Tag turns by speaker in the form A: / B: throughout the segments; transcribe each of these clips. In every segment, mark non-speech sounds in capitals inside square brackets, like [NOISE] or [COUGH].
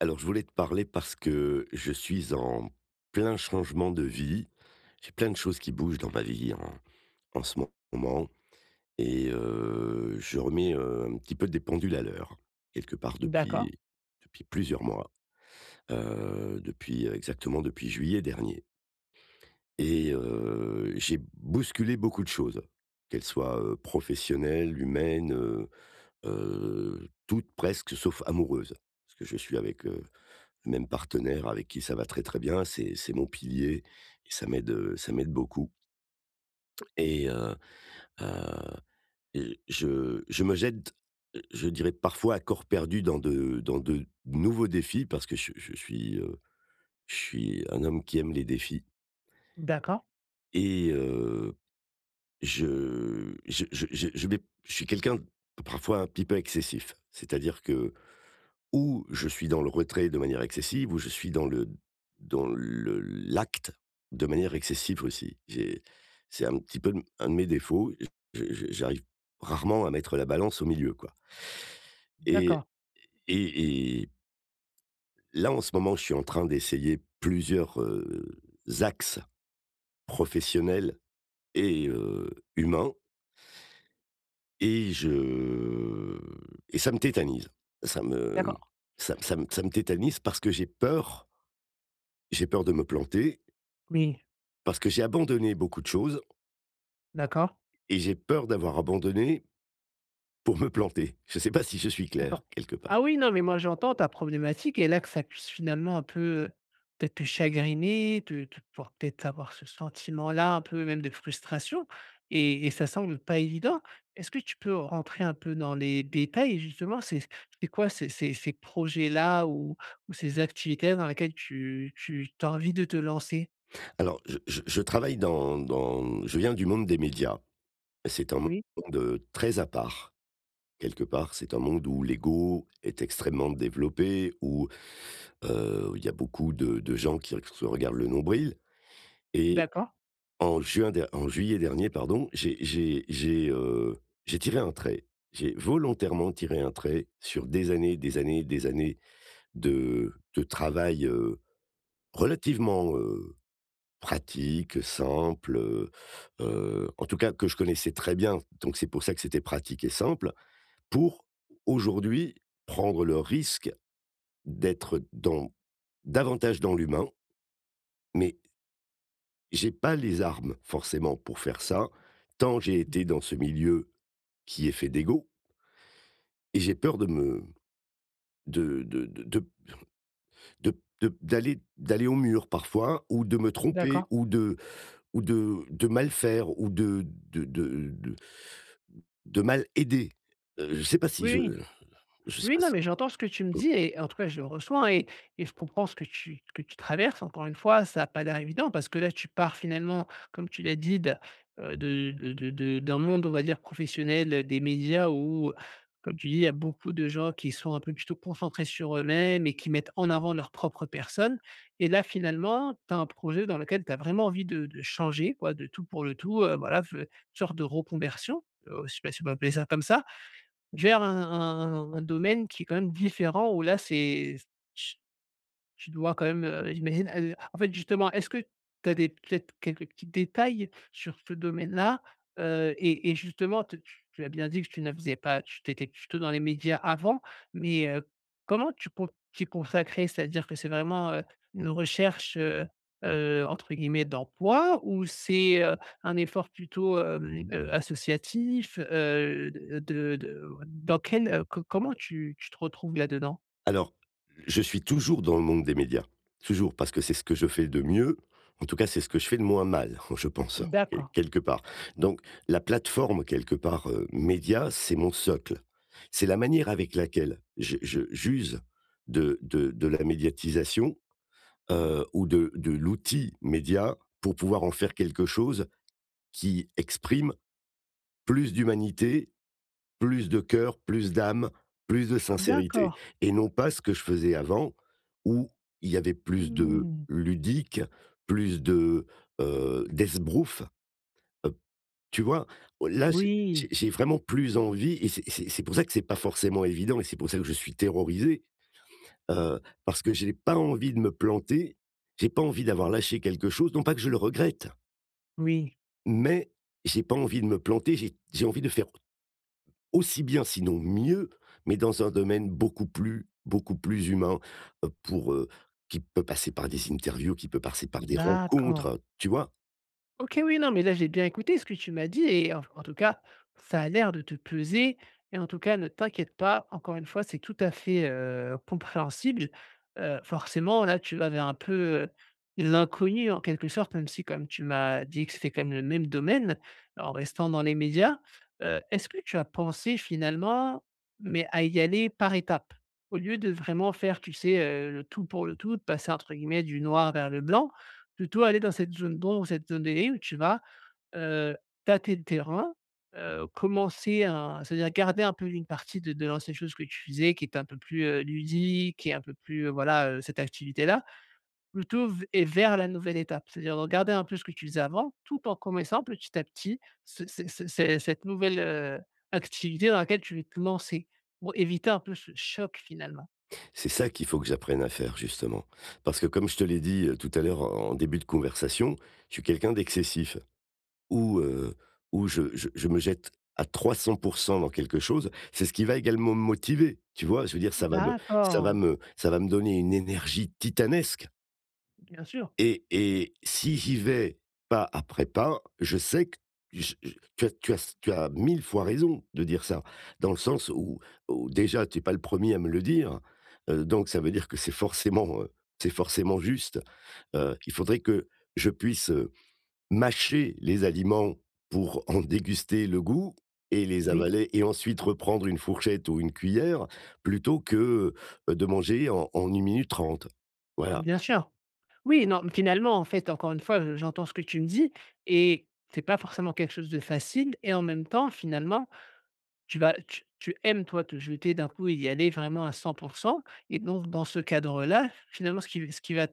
A: Alors je voulais te parler parce que je suis en plein changement de vie. J'ai plein de choses qui bougent dans ma vie en ce moment et je remets, un petit peu des pendules à l'heure, quelque part
B: D'accord,
A: depuis plusieurs mois, depuis exactement depuis juillet dernier et j'ai bousculé beaucoup de choses, qu'elles soient, professionnelles, humaines, toutes presque sauf amoureuses. Parce que je suis avec, le même partenaire avec qui ça va très très bien, c'est mon pilier et ça m'aide beaucoup et heu heu et je me jette, je dirais parfois à corps perdu dans de nouveaux défis parce que je suis un homme qui aime les défis
B: d'accord,
A: et je suis quelqu'un parfois un petit peu excessif. C'est-à-dire que ou je suis dans le retrait de manière excessive, ou je suis dans le l'acte de manière excessive aussi. J'ai C'est un petit peu un de mes défauts, je j'arrive rarement à mettre la balance au milieu, quoi. et
B: d'accord,
A: et et Là, en ce moment, je suis en train d'essayer plusieurs, axes professionnels et humains et je et ça me tétanise. Ça me
B: d'accord.
A: Ça me tétanise parce que j'ai peur de me planter
B: Oui,
A: parce que j'ai abandonné beaucoup de choses
B: d'accord,
A: et j'ai peur d'avoir abandonné pour me planter. Je ne sais pas si je suis clair,
B: d'accord.
A: quelque
B: Ah
A: part.
B: oui, non, mais moi j'entends ta problématique et là que ça puisse finalement un peu, peut-être te chagriner, te pour peut-être avoir ce sentiment-là un peu même de frustration et ça semble pas évident. Est-ce que tu peux rentrer un peu dans les détails justement? C'est quoi ces projets-là ou ces activités dans lesquelles tu as envie de te lancer?
A: Alors, je travaille dans dans je viens du monde des médias. C'est un
B: Oui,
A: monde très à part, quelque part. C'est un monde où l'ego est extrêmement développé, où, il y a beaucoup de gens qui se regardent le nombril. et
B: d'accord.
A: En juin der en juillet dernier, pardon, j'ai tiré un trait. J'ai volontairement tiré un trait sur des années, des années, des années de travail, relativement, pratique, simple, en tout cas que je connaissais très bien, donc c'est pour ça que c'était pratique et simple, pour aujourd'hui prendre le risque d'être dans davantage dans l'humain, mais j'ai pas les armes forcément pour faire ça, tant j'ai été dans ce milieu qui est fait d'ego et j'ai peur de me de de de de de de d'aller au mur parfois ou de me tromper
B: D'accord.
A: ou de mal faire ou de de de de mal aider. Je sais pas si
B: Oui, oui.
A: je sais
B: Oui,
A: pas
B: non,
A: si
B: mais j'entends ce que tu me
A: hmm.
B: dis et en tout cas, je le reçois et je comprends ce que tu traverses. Encore une fois, ça a pas l'air évident parce que là, tu pars finalement, comme tu l'as dit, de d'un monde, on va dire, professionnel, des médias où, comme tu dis, il y a beaucoup de gens qui sont un peu plutôt concentrés sur eux-mêmes et qui mettent en avant leur propre personne et là, finalement, tu as un projet dans lequel tu as vraiment envie de changer, quoi, de tout pour le tout, voilà, f une sorte de reconversion, je ne sais pas si on peut appeler ça comme ça vers un domaine qui est quand même différent où là, c'est tu dois quand même, j'imagine, en fait, justement, est-ce que tu as des peut-être quelques petits détails sur ce domaine-là? Et justement, te tu tu as bien dit que tu ne faisais pas tu étais plutôt dans les médias avant, mais comment tu con t'y consacrais? C'est-à-dire que c'est vraiment, une recherche, entre guillemets, «d'emploi» ou c'est, un effort plutôt, associatif? De dans quel, co comment tu te retrouves là-dedans?
A: Alors, je suis toujours dans le monde des médias. Toujours, parce que c'est ce que je fais de mieux. En tout cas, c'est ce que je fais de moins mal, [LAUGHS] je pense,
B: D'accord,
A: quelque part. Donc, la plateforme, quelque part, média, c'est mon socle. C'est la manière avec laquelle j'use de la médiatisation, ou de l'outil média pour pouvoir en faire quelque chose qui exprime plus d'humanité, plus de cœur, plus d'âme, plus de sincérité,
B: d'accord.
A: et non pas ce que je faisais avant où il y avait plus de
B: Mmh.
A: ludique, plus de, d'esbrouf, heu, tu vois? Là, j'ai j'ai
B: Oui,
A: j'ai vraiment plus envie et c'est pour ça que c'est pas forcément évident et c'est pour ça que je suis terrorisé, parce que j'ai pas envie de me planter, j'ai pas envie d'avoir lâché quelque chose, non pas que je le regrette,
B: oui,
A: mais j'ai pas envie de me planter, j'ai envie de faire aussi bien, sinon mieux, mais dans un domaine beaucoup plus humain, pour, qui peut passer par des interviews, qui peut passer par des
B: d'accord.
A: rencontres, tu vois?
B: OK, oui, non, mais là, j'ai bien écouté ce que tu m'as dit et en tout cas, ça a l'air de te peser et en tout cas, ne t'inquiète pas. Encore une fois, c'est tout à fait, compréhensible. Forcément, là, tu vas vers un peu, heu, l'inconnu en quelque sorte, même si comme tu m'as dit que c'était quand même le même domaine, en restant dans les médias. Est-ce que tu as pensé finalement, mais à y aller par étapes? Au lieu de vraiment faire, tu sais, le tout pour le tout, de passer entre guillemets «du noir vers le blanc», plutôt aller dans cette zone d'ombre, cette zone de où tu vas, heu, tâter le terrain, commencer à c'est-à-dire garder un peu une partie de l'ancienne chose que tu faisais qui était un peu plus, ludique et un peu plus, voilà, cette activité-là, plutôt v et vers la nouvelle étape. C'est-à-dire de garder un peu ce que tu faisais avant, tout en connaissant petit à petit ce cette nouvelle, activité dans laquelle tu veux te lancer pour éviter un peu ce choc finalement.
A: C'est ça qu'il faut que j'apprenne à faire justement. Parce que comme je te l'ai dit, tout à l'heure en début de conversation, je suis quelqu'un d'excessif où, où je me jette à 300 dans quelque chose. C'est ce qui va également me motiver, tu vois? Je veux dire
B: D'accord.
A: ça va me donner une énergie titanesque.
B: Bien sûr,
A: Et si j'y vais pas après pas, je sais que je tu as tu as 1000 fois raison de dire ça. Dans le sens où déjà tu es pas le premier à me le dire, donc ça veut dire que c'est forcément juste. Il faudrait que je puisse, mâcher les aliments pour en déguster le goût et les
B: oui,
A: avaler et ensuite reprendre une fourchette ou une cuillère plutôt que, de manger en 1 minute 30. Voilà.
B: bien sûr. Oui, non, finalement, en fait, encore une fois, j'entends ce que tu me dis et c'est pas forcément quelque chose de facile et en même temps, finalement, tu vas tu aimes, toi, te jeter d'un coup et y aller vraiment à 100%. Et donc dans ce cadre-là, finalement, ce qui va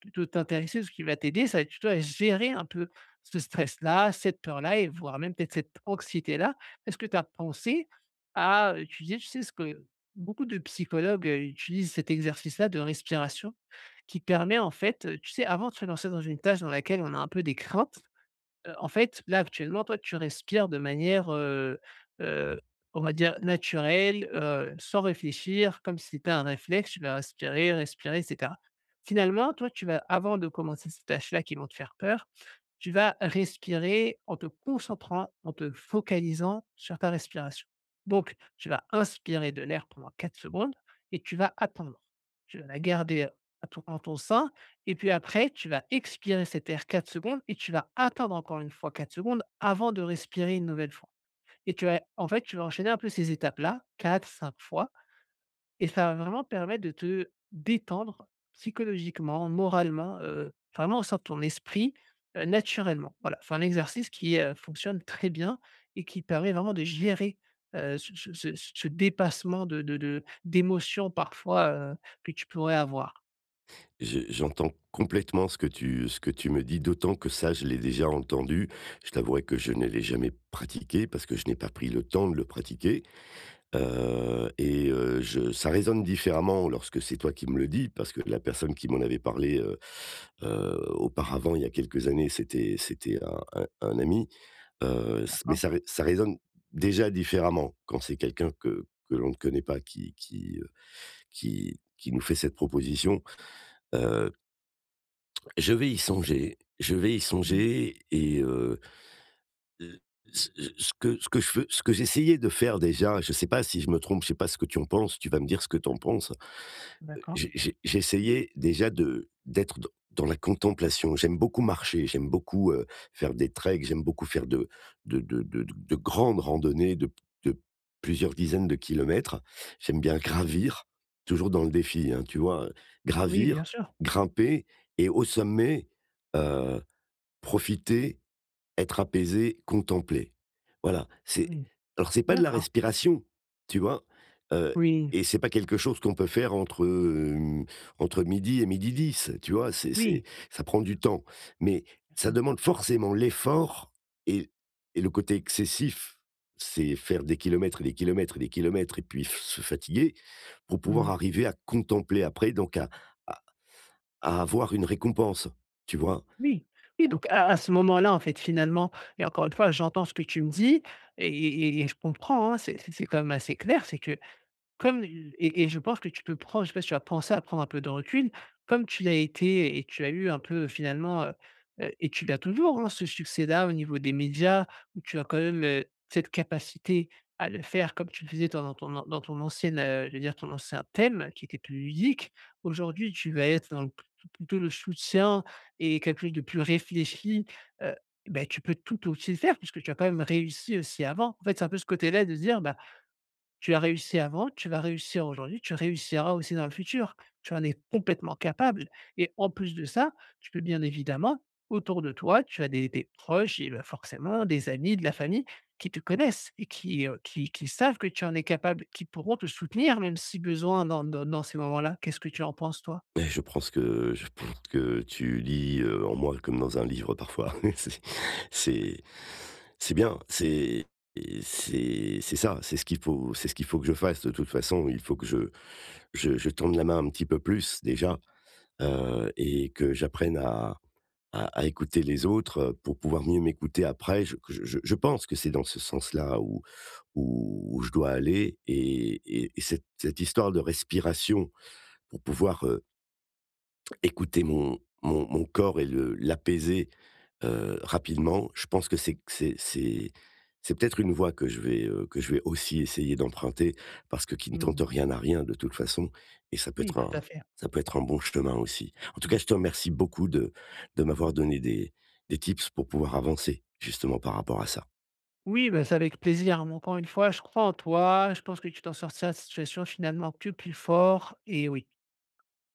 B: plutôt t'intéresser, ce qui va t'aider, ça va être plutôt à gérer un peu ce stress-là, cette peur-là et voire même peut-être cette anxiété-là. Est-ce que tu as pensé à utiliser, tu sais, ce que beaucoup de psychologues, utilisent cet exercice-là de respiration? Qui permet en fait, tu sais, avant de se lancer dans une tâche dans laquelle on a un peu des craintes, en fait, là, actuellement, toi, tu respires de manière, heu, on va dire naturelle, sans réfléchir, comme si c'était un réflexe, tu vas respirer, respirer et cetera. Finalement, toi, tu vas avant de commencer ces tâches-là qui vont te faire peur, tu vas respirer en te concentrant, en te focalisant sur ta respiration. Donc, tu vas inspirer de l'air pendant 4 secondes et tu vas attendre. Tu vas la garder en ton sein et puis après, tu vas expirer cet air 4 secondes et tu vas attendre encore une fois 4 secondes avant de respirer une nouvelle fois. Et tu vas, en fait, tu vas enchaîner un peu ces étapes-là, 4, 5 fois et ça va vraiment permettre de te détendre psychologiquement, moralement, vraiment au sein de ton esprit, naturellement. Voilà, c'est un exercice qui, fonctionne très bien et qui permet vraiment de gérer, ce dépassement de d'émotions parfois, que tu pourrais avoir.
A: J'ai j'entends complètement ce que tu me dis, d'autant que ça, je l'ai déjà entendu. Je t'avouerai que je ne l'ai jamais pratiqué parce que je n'ai pas pris le temps de le pratiquer, et je ça résonne différemment lorsque c'est toi qui me le dis, parce que la personne qui m'en avait parlé, auparavant, il y a quelques années, c'était un ami, s mais
B: D'accord.
A: ça résonne déjà différemment quand c'est quelqu'un que l'on ne connaît pas qui nous fait cette proposition. Euh, je vais y
B: Mmh.
A: songer et l ce ce que j'essayais de faire déjà, je sais pas si je me trompe, je sais pas ce que tu en penses, tu vas me dire ce que tu en penses.
B: D'accord.
A: J'essayais déjà de d'être dans la contemplation. J'aime beaucoup marcher, j'aime beaucoup, faire des treks, j'aime beaucoup faire de grandes randonnées de plusieurs dizaines de kilomètres. J'aime bien gravir, toujours dans le défi, hein, tu vois?
B: Oui,
A: Gravir,
B: bien sûr.
A: grimper et au sommet, heu profiter, être apaisé, contempler. Voilà, c'est
B: Oui.
A: alors c'est pas de la
B: D'accord.
A: respiration, tu vois? Heu
B: Oui.
A: et c'est pas quelque chose qu'on peut faire entre, entre midi et midi dix, tu vois? C'est
B: Oui,
A: Ça prend du temps, mais
B: bien
A: ça
B: sûr.
A: demande forcément l'effort et et le côté excessif, c'est faire des kilomètres et des kilomètres et des kilomètres et puis f se fatiguer pour pouvoir
B: Mmh.
A: arriver à contempler après, donc à à avoir une récompense, tu vois?
B: Oui, oui, donc à ce moment-là, en fait, finalement et encore une fois, j'entends ce que tu me dis et je comprends, hein, c'est quand même assez clair, c'est que comme et je pense que tu peux prendre je sais pas si tu as pensé à prendre un peu de recul, comme tu l'as été et tu as eu un peu finalement, et tu l'as toujours, hein, ce succès-là au niveau des médias où tu as quand même, cette capacité à le faire comme tu le faisais dans ton an dans ton ancienne, je veux dire ton ancien thème qui était plus ludique. Aujourd'hui, tu vas être dans le plutôt le soutien et quelque chose de plus réfléchi, heu, beh, tu peux tout aussi le faire puisque tu as quand même réussi aussi avant. En fait, c'est un peu ce côté-là de se dire: «Bah, tu as réussi avant, tu vas réussir aujourd'hui, tu réussiras aussi dans le futur. Tu en es complètement capable et en plus de ça, tu peux bien évidemment autour de toi, tu as des proches et bah, forcément des amis, de la famille qui te connaissent et qui savent que tu en es capable, qui pourront te soutenir même si besoin dans dans ces moments-là. Qu'est-ce que tu en penses, toi?
A: Mais je pense que tu lis, en moi comme dans un livre parfois. [LAUGHS] C'est c'est bien, c'est et c'est ça, c'est ce qu'il faut que je fasse de toute façon. Il faut que je tende la main un petit peu plus déjà, et que j'apprenne à écouter les autres, pour pouvoir mieux m'écouter après. Je pense que c'est dans ce sens-là où je dois aller et cette histoire de respiration pour pouvoir, écouter mon corps et le l'apaiser, rapidement, je pense que c'est peut-être une voie que je vais aussi essayer d'emprunter parce que qui ne tente
B: Mmh.
A: rien n'a rien de toute façon et ça peut
B: Oui,
A: être
B: tout
A: un,
B: à fait.
A: ça peut être un bon chemin aussi. En tout
B: Mmh.
A: cas, je te remercie beaucoup de m'avoir donné des tips pour pouvoir avancer justement par rapport à ça.
B: Oui, bah, c'est avec plaisir. Mais encore une fois, je crois en toi. Je pense que tu t'en sortiras de cette situation finalement plus, plus fort. Et oui,